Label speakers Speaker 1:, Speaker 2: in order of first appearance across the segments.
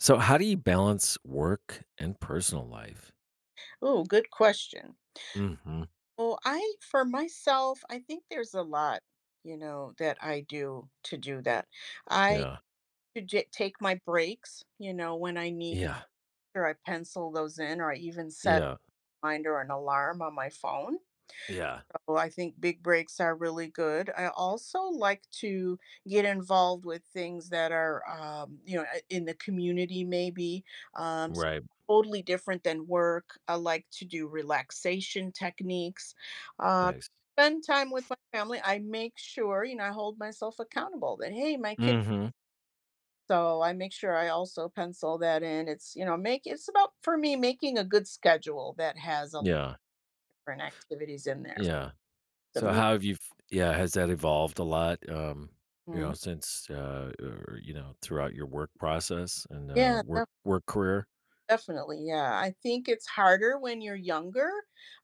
Speaker 1: So, how do you balance work and personal life?
Speaker 2: Oh, good question.
Speaker 1: hmm
Speaker 2: Well, I, for myself, I think there's a lot, that I do to do that. I
Speaker 1: Yeah.
Speaker 2: should take my breaks, you know, when I need,
Speaker 1: Yeah.
Speaker 2: or I pencil those in, or I even set
Speaker 1: Yeah.
Speaker 2: a reminder or an alarm on my phone.
Speaker 1: Yeah.
Speaker 2: Well, I think big breaks are really good. I also like to get involved with things that are, in the community, maybe. Um, s-
Speaker 1: Right.
Speaker 2: Totally different than work. I like to do relaxation techniques, um,
Speaker 1: Nice.
Speaker 2: spend time with my family. I make sure, you know, I hold myself accountable that, hey, my kids.
Speaker 1: hmm
Speaker 2: So I make sure I also pencil that in. It's, make it's about for me making a good schedule that has a lot of
Speaker 1: Yeah.
Speaker 2: different activities in there.
Speaker 1: Yeah.
Speaker 2: The
Speaker 1: So,
Speaker 2: mu-
Speaker 1: how have you, yeah, has that evolved a lot, you
Speaker 2: Mhm.
Speaker 1: know, since, or, you know, throughout your work process and,
Speaker 2: Yeah,
Speaker 1: work career?
Speaker 2: definitely, yeah. I think it's harder when you're younger.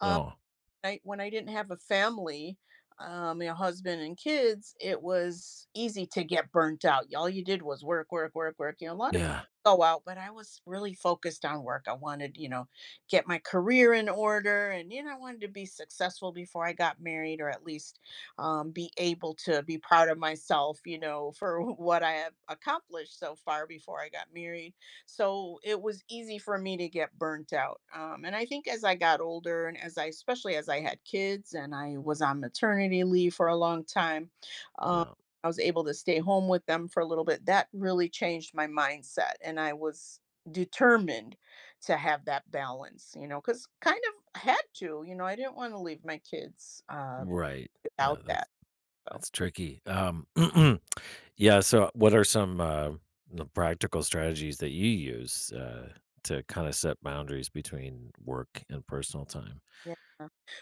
Speaker 2: Um,
Speaker 1: Oh,
Speaker 2: I, when I didn't have a family, you know, husband and kids, it was easy to get burnt out. All you did was work, work, work, work. You know, a lot of
Speaker 1: yeah.
Speaker 2: people go out, but I was really focused on work. I wanted, you know, get my career in order, and you know, I wanted to be successful before I got married, or at least be able to be proud of myself, you know, for what I have accomplished so far before I got married, so it was easy for me to get burnt out. And I think as I got older, and as I especially as I had kids, and I was on maternity leave for a long time. um,
Speaker 1: Yeah.
Speaker 2: I was able to stay home with them for a little bit. That really changed my mindset, and I was determined to have that balance, you know, because kind of had to. You know, I didn't want to leave my kids
Speaker 1: Right. Yeah.
Speaker 2: without
Speaker 1: That's...
Speaker 2: that, so.
Speaker 1: That's tricky. Yeah. So, what are some the practical strategies that you use to kind of set boundaries between work and personal time?
Speaker 2: Yeah.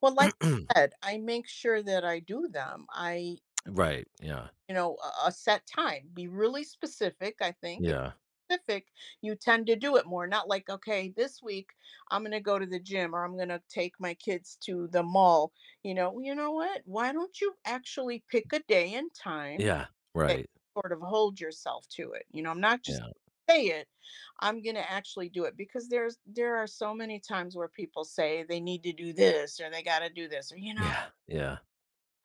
Speaker 2: Well, like I said, I make sure that I do them. I,
Speaker 1: right. Yeah.
Speaker 2: you know, a set time, be really specific. I think
Speaker 1: Yeah.
Speaker 2: specific, you tend to do it more. Not like, okay, this week I'm going to go to the gym or I'm going to take my kids to the mall. You know, "Well, you know what? Why don't you actually pick a day and time
Speaker 1: Yeah.
Speaker 2: that
Speaker 1: Right.
Speaker 2: you sort of hold yourself to it? You know, I'm not just
Speaker 1: Yeah.
Speaker 2: say it, I'm going to actually do it, because there are so many times where people say they need to do this, or they got to do this, or you know,
Speaker 1: Yeah. Yeah.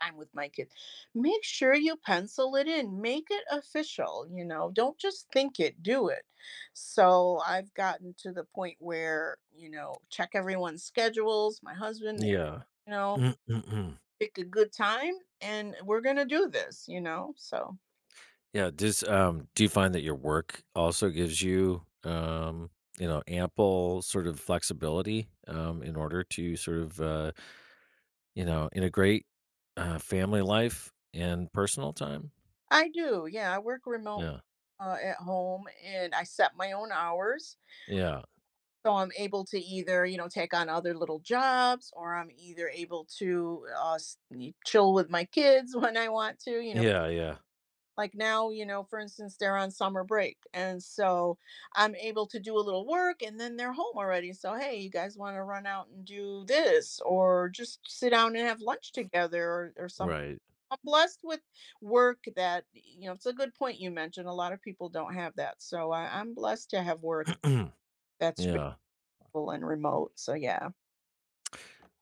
Speaker 2: time with my kids. Make sure you pencil it in. Make it official, you know. Don't just think it, do it." So I've gotten to the point where, you know, check everyone's schedules, my husband,
Speaker 1: Yeah.
Speaker 2: you know,
Speaker 1: Mm, mm, mm.
Speaker 2: pick a good time and we're going to do this, you know. So
Speaker 1: Yeah. Does do you find that your work also gives you you know, ample sort of flexibility in order to sort of you know, integrate family life and personal time?
Speaker 2: I do. Yeah, I work remote
Speaker 1: Yeah.
Speaker 2: at home, and I set my own hours.
Speaker 1: Yeah.
Speaker 2: So I'm able to either, you know, take on other little jobs, or I'm either able to chill with my kids when I want to, you know.
Speaker 1: Yeah, yeah.
Speaker 2: Like now, you know, for instance, they're on summer break. And so I'm able to do a little work, and then they're home already. So, hey, you guys want to run out and do this, or just sit down and have lunch together, or something.
Speaker 1: Right.
Speaker 2: I'm blessed with work that, you know, it's a good point you mentioned. A lot of people don't have that. So I'm blessed to have work that's
Speaker 1: Yeah.
Speaker 2: visible and remote. So, yeah.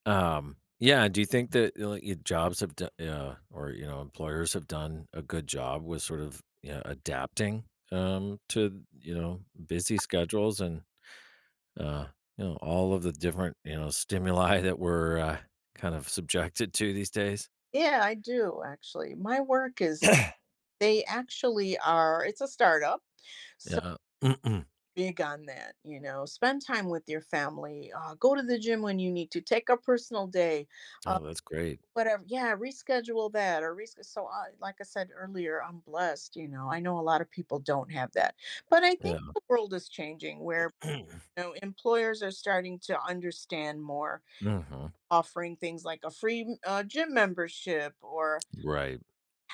Speaker 1: Yeah, do you think that, like, your jobs have done? Yeah, or, you know, employers have done a good job with sort of, you know, adapting, to, you know, busy schedules and, uh, you know, all of the different, you know, stimuli that we're, kind of subjected to these days?
Speaker 2: Yeah, I do actually. My work is, they actually are, it's a startup, so
Speaker 1: Yeah.
Speaker 2: big on that, you know. Spend time with your family, go to the gym when you need to, take a personal day, uh,
Speaker 1: Oh, that's great.
Speaker 2: whatever. Yeah, reschedule that, or reschedule. So, like I said earlier, I'm blessed, you know. I know a lot of people don't have that, but I
Speaker 1: Yeah.
Speaker 2: think the world is changing where, you know, employers are starting to understand more,
Speaker 1: Mhm.
Speaker 2: offering things like a free gym membership, or
Speaker 1: Right.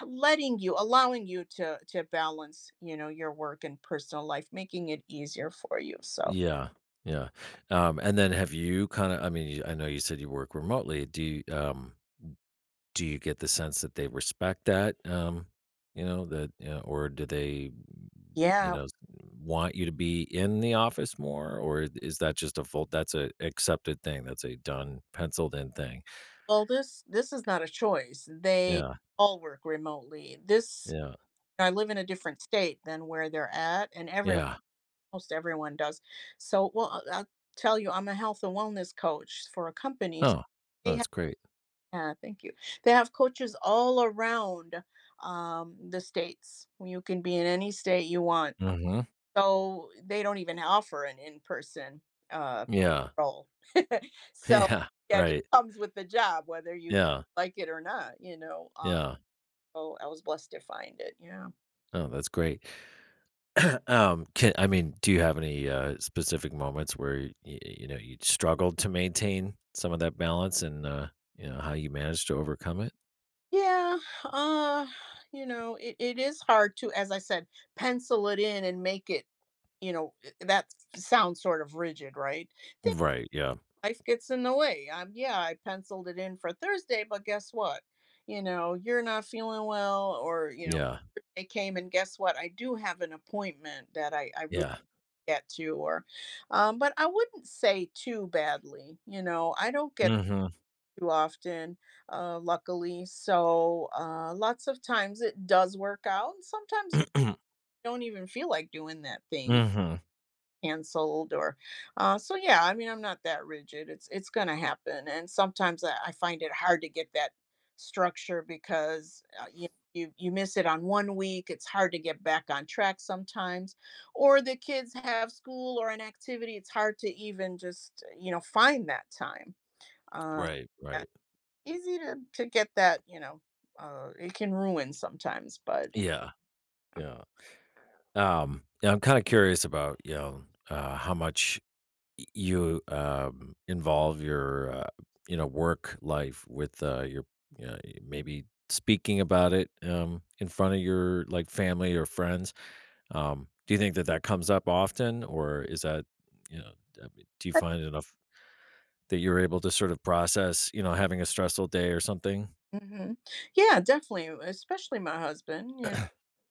Speaker 2: letting you, allowing you to balance, you know, your work and personal life, making it easier for you. So
Speaker 1: Yeah. Yeah. And then have you kind of, I mean, I know you said you work remotely. Do you get the sense that they respect that? You know, that, you know, or do they, you
Speaker 2: yeah.
Speaker 1: know, want you to be in the office more, or is that just a full, that's a accepted thing. That's a done, penciled in thing.
Speaker 2: Well, this is not a choice. They
Speaker 1: Yeah.
Speaker 2: all work remotely. This,
Speaker 1: Yeah.
Speaker 2: I live in a different state than where they're at, and everyone,
Speaker 1: Yeah.
Speaker 2: most everyone does. So, well, I'll tell you, I'm a health and wellness coach for a company, so
Speaker 1: Oh, oh,
Speaker 2: they have.
Speaker 1: that's great.
Speaker 2: Yeah, thank you. They have coaches all around, the states. You can be in any state you want.
Speaker 1: Mm-hmm.
Speaker 2: So they don't even offer an in-person uh
Speaker 1: Yeah.
Speaker 2: role. So
Speaker 1: Yeah.
Speaker 2: yeah, it just
Speaker 1: Right.
Speaker 2: comes with the job, whether you
Speaker 1: Yeah.
Speaker 2: like it or not, you know.
Speaker 1: Yeah.
Speaker 2: So I was blessed to find it. Yeah.
Speaker 1: Oh, that's great. Can, I mean, do you have any specific moments where you know, you struggled to maintain some of that balance, and you know, how you managed to overcome it?
Speaker 2: Yeah. uh you know, it is hard to, as I said, pencil it in and make it, you know. That sounds sort of rigid, right?
Speaker 1: Right. Yeah.
Speaker 2: Life gets in the way. Yeah, I penciled it in for Thursday, but guess what? You know, you're not feeling well, or you know,
Speaker 1: Yeah.
Speaker 2: they came, and guess what? I do have an appointment that I really
Speaker 1: Yeah.
Speaker 2: get to, or, but I wouldn't say too badly. You know, I don't get
Speaker 1: Mm-hmm.
Speaker 2: too often, luckily. So lots of times it does work out, and sometimes you don't even feel like doing that thing,
Speaker 1: mm-hmm.
Speaker 2: canceled, or so yeah. I mean, I'm not that rigid. It's gonna happen, and sometimes I find it hard to get that structure, because you you miss it on one week, it's hard to get back on track sometimes. Or the kids have school or an activity. It's hard to even just, you know, find that time. uh
Speaker 1: Right.
Speaker 2: yeah,
Speaker 1: Right.
Speaker 2: easy to get that, you know, it can ruin sometimes, but
Speaker 1: Yeah.
Speaker 2: uh,
Speaker 1: Yeah. Yeah, I'm kind of curious about, you know, how much you involve your you know, work life with your uh, maybe speaking about it, in front of your, like, family or friends. Do you think that that comes up often, or is that, you know, I mean, do you find enough that you're able to sort of process, you know, having a stressful day or something?
Speaker 2: Mhm. Yeah, definitely, especially my husband. You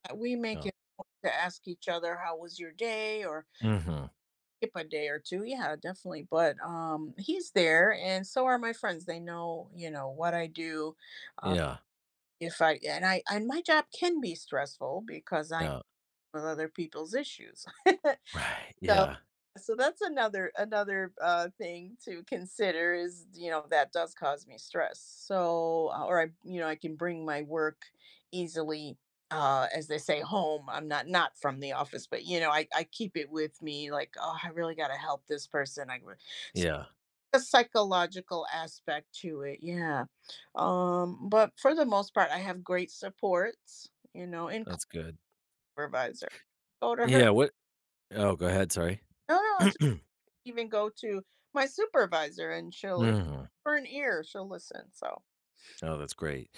Speaker 2: We make
Speaker 1: Yeah.
Speaker 2: it a point to ask each other how was your day, or
Speaker 1: Hmm.
Speaker 2: skip a day or two. Yeah, definitely. But he's there, and so are my friends. They know, you know, what I do. uh,
Speaker 1: Yeah.
Speaker 2: if I, and I, and my job can be stressful because I am
Speaker 1: Yeah.
Speaker 2: with other people's issues.
Speaker 1: Right.
Speaker 2: So,
Speaker 1: Yeah.
Speaker 2: so that's another, another, thing to consider is, you know, that does cause me stress. So, or I, you know, I can bring my work easily, as they say, home. I'm not, not from the office, but, you know, I keep it with me, like, "Oh, I really gotta help this person." I would s
Speaker 1: Yeah.
Speaker 2: the psychological aspect to it, yeah. But for the most part, I have great supports, you know, including
Speaker 1: That's good.
Speaker 2: supervisor. Go to her.
Speaker 1: Yeah. What? Oh, go ahead, sorry.
Speaker 2: No, no,
Speaker 1: hmm
Speaker 2: even go to my supervisor, and she'll ear
Speaker 1: oh,
Speaker 2: for an ear, she'll listen. So
Speaker 1: that's great.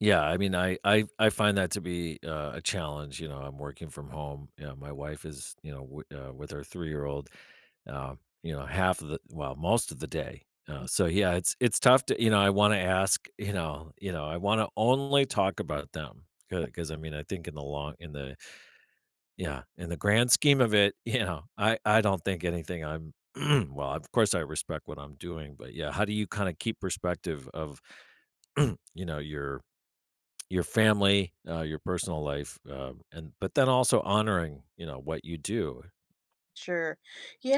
Speaker 1: Yeah, I mean, I find that to be, a challenge, you know, I'm working from home, you know, my wife is, you know, wi with her three-year-old, you know, half of the, well, most of the day, so, yeah, it's tough to, you know, I wanna ask, you know, you know, I wanna only talk about them because I mean, I think in the long, in the, yeah, in the grand scheme of it, you know, I don't think anything I'm well, of course, I respect what I'm doing, but, yeah, how do you kinda keep perspective of, you know, your family, your personal life, and but then also honoring, you know, what you do
Speaker 2: sure.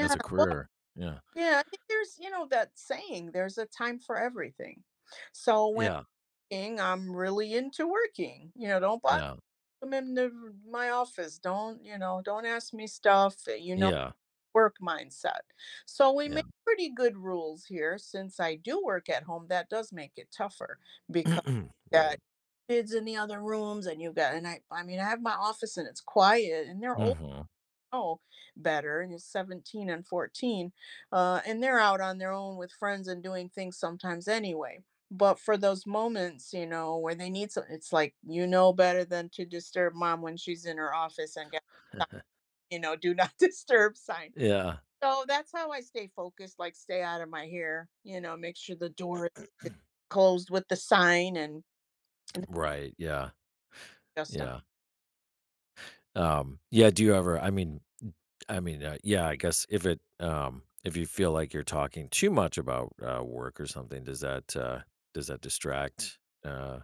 Speaker 1: as a
Speaker 2: Well,
Speaker 1: career. Yeah.
Speaker 2: yeah, I think there's, you know, that saying, there's a time for everything. So when
Speaker 1: Yeah.
Speaker 2: working, I'm really into working. You know, don't bother,
Speaker 1: Yeah.
Speaker 2: come in the, my office. Don't, you know, don't ask me stuff. You know,
Speaker 1: Yeah.
Speaker 2: work mindset. So we
Speaker 1: Yeah.
Speaker 2: make pretty good rules here. Since I do work at home, that does make it tougher because
Speaker 1: Right.
Speaker 2: got kids in the other rooms, and you got, and I mean, I have my office, and it's quiet, and they're old,
Speaker 1: Mhm.
Speaker 2: know better. And it's 17 and 14, and they're out on their own with friends and doing things sometimes anyway. But for those moments, you know, where they need some, it's like, you know better than to disturb mom when she's in her office, and get, you know, do not disturb sign.
Speaker 1: Yeah.
Speaker 2: So that's how I stay focused, like, stay out of my hair, you know, make sure the door is closed with the sign, and
Speaker 1: Right. Yeah.
Speaker 2: just.
Speaker 1: Yeah. Yeah, do you ever, I mean, I mean, yeah, I guess if it, if you feel like you're talking too much about, work or something, does that distract, uh,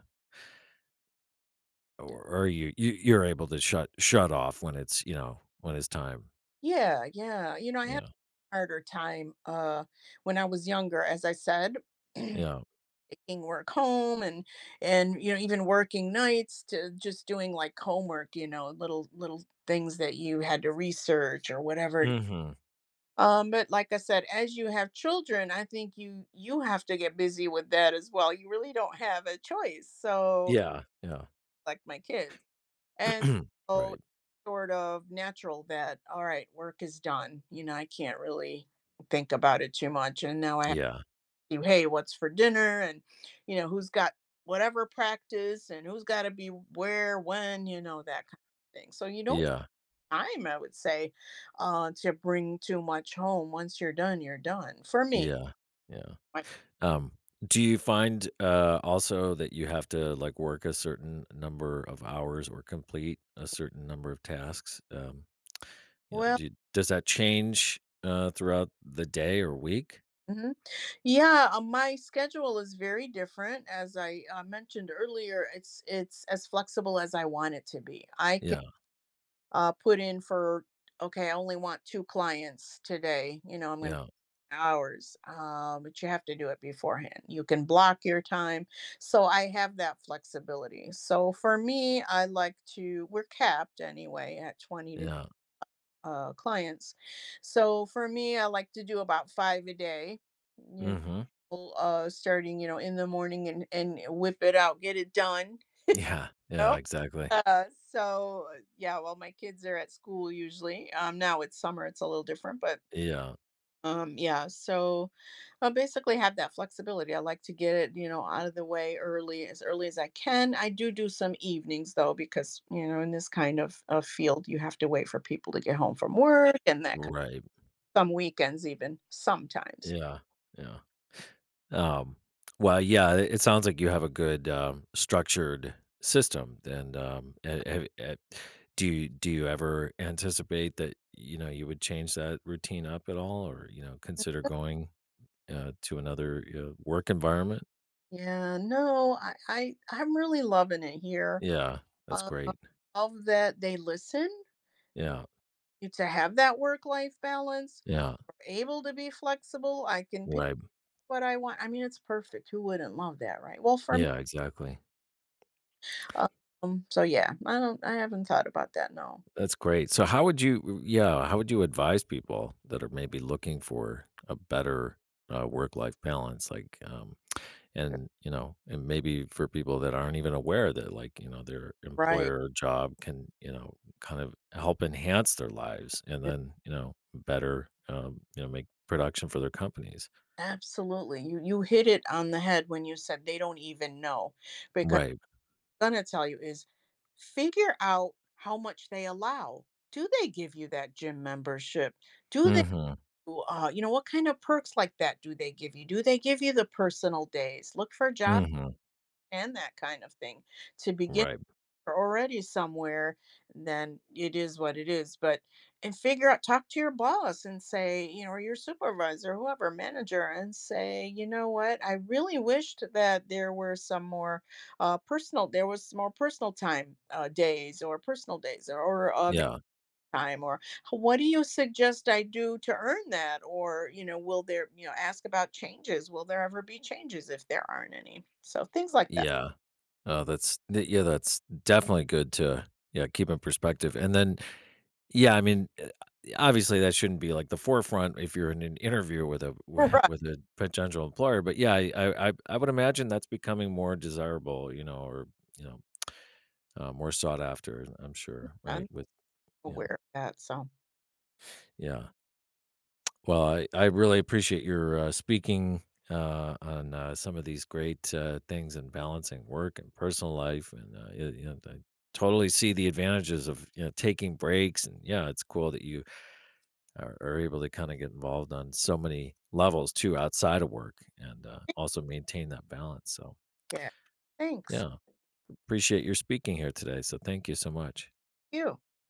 Speaker 1: or are you, you you're able to shut off when it's, you know, when it's time?
Speaker 2: Yeah, yeah, you know, I had
Speaker 1: Yeah.
Speaker 2: a harder time, when I was younger, as I said,
Speaker 1: Yeah.
Speaker 2: taking work home, and, you know, even working nights to just doing, like, homework, you know, little little things that you had to research or whatever. It.
Speaker 1: Mhm.
Speaker 2: But like I said, as you have children, I think you have to get busy with that as well. You really don't have a choice, so
Speaker 1: Yeah, yeah.
Speaker 2: like my kids. And so
Speaker 1: Right.
Speaker 2: it's sort of natural that, all right, work is done. You know, I can't really think about it too much. And now I have
Speaker 1: Yeah,
Speaker 2: to, do, hey, what's for dinner? And, you know, who's got whatever practice, and who's got to be where, when, you know, that kind of thing. So you don't
Speaker 1: yeah,
Speaker 2: have time, I would say, to bring too much home. Once you're done, you're done. For me,
Speaker 1: yeah, yeah.
Speaker 2: my,
Speaker 1: Um, do you find, also that you have to, like, work a certain number of hours or complete a certain number of tasks? You know,
Speaker 2: well,
Speaker 1: do you, does that change, throughout the day or week?
Speaker 2: hmm. Yeah, my schedule is very different. As I mentioned earlier, it's as flexible as I want it to be. I can
Speaker 1: Yeah,
Speaker 2: put in for, okay, I only want two clients today. You know, I'm going to put
Speaker 1: yeah,
Speaker 2: hours, but you have to do it beforehand. You can block your time, so I have that flexibility. So for me, I like to, we're capped anyway at 20 to
Speaker 1: yeah.
Speaker 2: clients. So for me, I like to do about five a day. You
Speaker 1: Mhm.
Speaker 2: Starting, you know, in the morning, and whip it out, get it done.
Speaker 1: Yeah, yeah,
Speaker 2: Oh.
Speaker 1: exactly.
Speaker 2: uh, so yeah. Well, my kids are at school usually. Now it's summer, it's a little different, but
Speaker 1: Yeah,
Speaker 2: yeah. So I basically have that flexibility. I like to get it, you know, out of the way early, as early as I can. I do do some evenings though, because you know, in this kind of field you have to wait for people to get home from work. And that,
Speaker 1: right.
Speaker 2: some weekends even, sometimes.
Speaker 1: Yeah, yeah. Um, well, yeah, it sounds like you have a good, structured system, and, do you ever anticipate that, you know, you would change that routine up at all, or, you know, consider going, to another, you know, work environment?
Speaker 2: Yeah, no, I'm really loving it here.
Speaker 1: Yeah, that's
Speaker 2: Uh,
Speaker 1: great.
Speaker 2: Love that they listen,
Speaker 1: Yeah,
Speaker 2: you, to have that work life balance,
Speaker 1: yeah,
Speaker 2: able to be flexible. I can
Speaker 1: right.
Speaker 2: what I want. I mean, it's perfect. Who wouldn't love that, right? Well, for me,
Speaker 1: Yeah, exactly.
Speaker 2: so yeah, I don't. I haven't thought about that. No,
Speaker 1: That's great. So how would you, yeah, how would you advise people that are maybe looking for a better, work-life balance? Like, and, you know, and maybe for people that aren't even aware that, like, you know, their
Speaker 2: right?
Speaker 1: employer or job can, you know, kind of help enhance their lives, and
Speaker 2: You're-
Speaker 1: then, you know, better, you know, make production for their companies.
Speaker 2: Absolutely. You hit it on the head when you said they don't even know, because
Speaker 1: Right.
Speaker 2: I'm gonna tell you is, figure out how much they allow. Do they give you that gym membership? Do they?
Speaker 1: Mhm.
Speaker 2: You know what kind of perks like that do they give you? Do they give you the personal days? Look for jobs
Speaker 1: Mhm.
Speaker 2: and that kind of thing to begin,
Speaker 1: Right.
Speaker 2: are already somewhere, then it is what it is. But and figure out, talk to your boss and say, you know, or your supervisor, whoever, manager, and say, you know what, I really wished that there were some more personal, there was some more personal time days or personal days, or vac-
Speaker 1: Yeah.
Speaker 2: time, or what do you suggest I do to earn that? Or, you know, will there, you know, ask about changes? Will there ever be changes if there aren't any? So things like that.
Speaker 1: Yeah. Oh, yeah, that's definitely good to, yeah, keep in perspective. And then, yeah, I mean, obviously that shouldn't be like the forefront if you're in an interview with a
Speaker 2: Right.
Speaker 1: with a potential employer, but yeah, I would imagine that's becoming more desirable, you know, or you know, more sought after, I'm sure, right?
Speaker 2: I'm
Speaker 1: With, you know,
Speaker 2: aware of that. So.
Speaker 1: yeah, well, I really appreciate your speaking on some of these great things and balancing work and personal life, and you you know, I totally see the advantages of, you know, taking breaks, and yeah, it's cool that you are able to kind of get involved on so many levels too outside of work, and also maintain that balance. So,
Speaker 2: Yeah. Thanks.
Speaker 1: yeah, appreciate your speaking here today. So, thank you so much.
Speaker 2: You.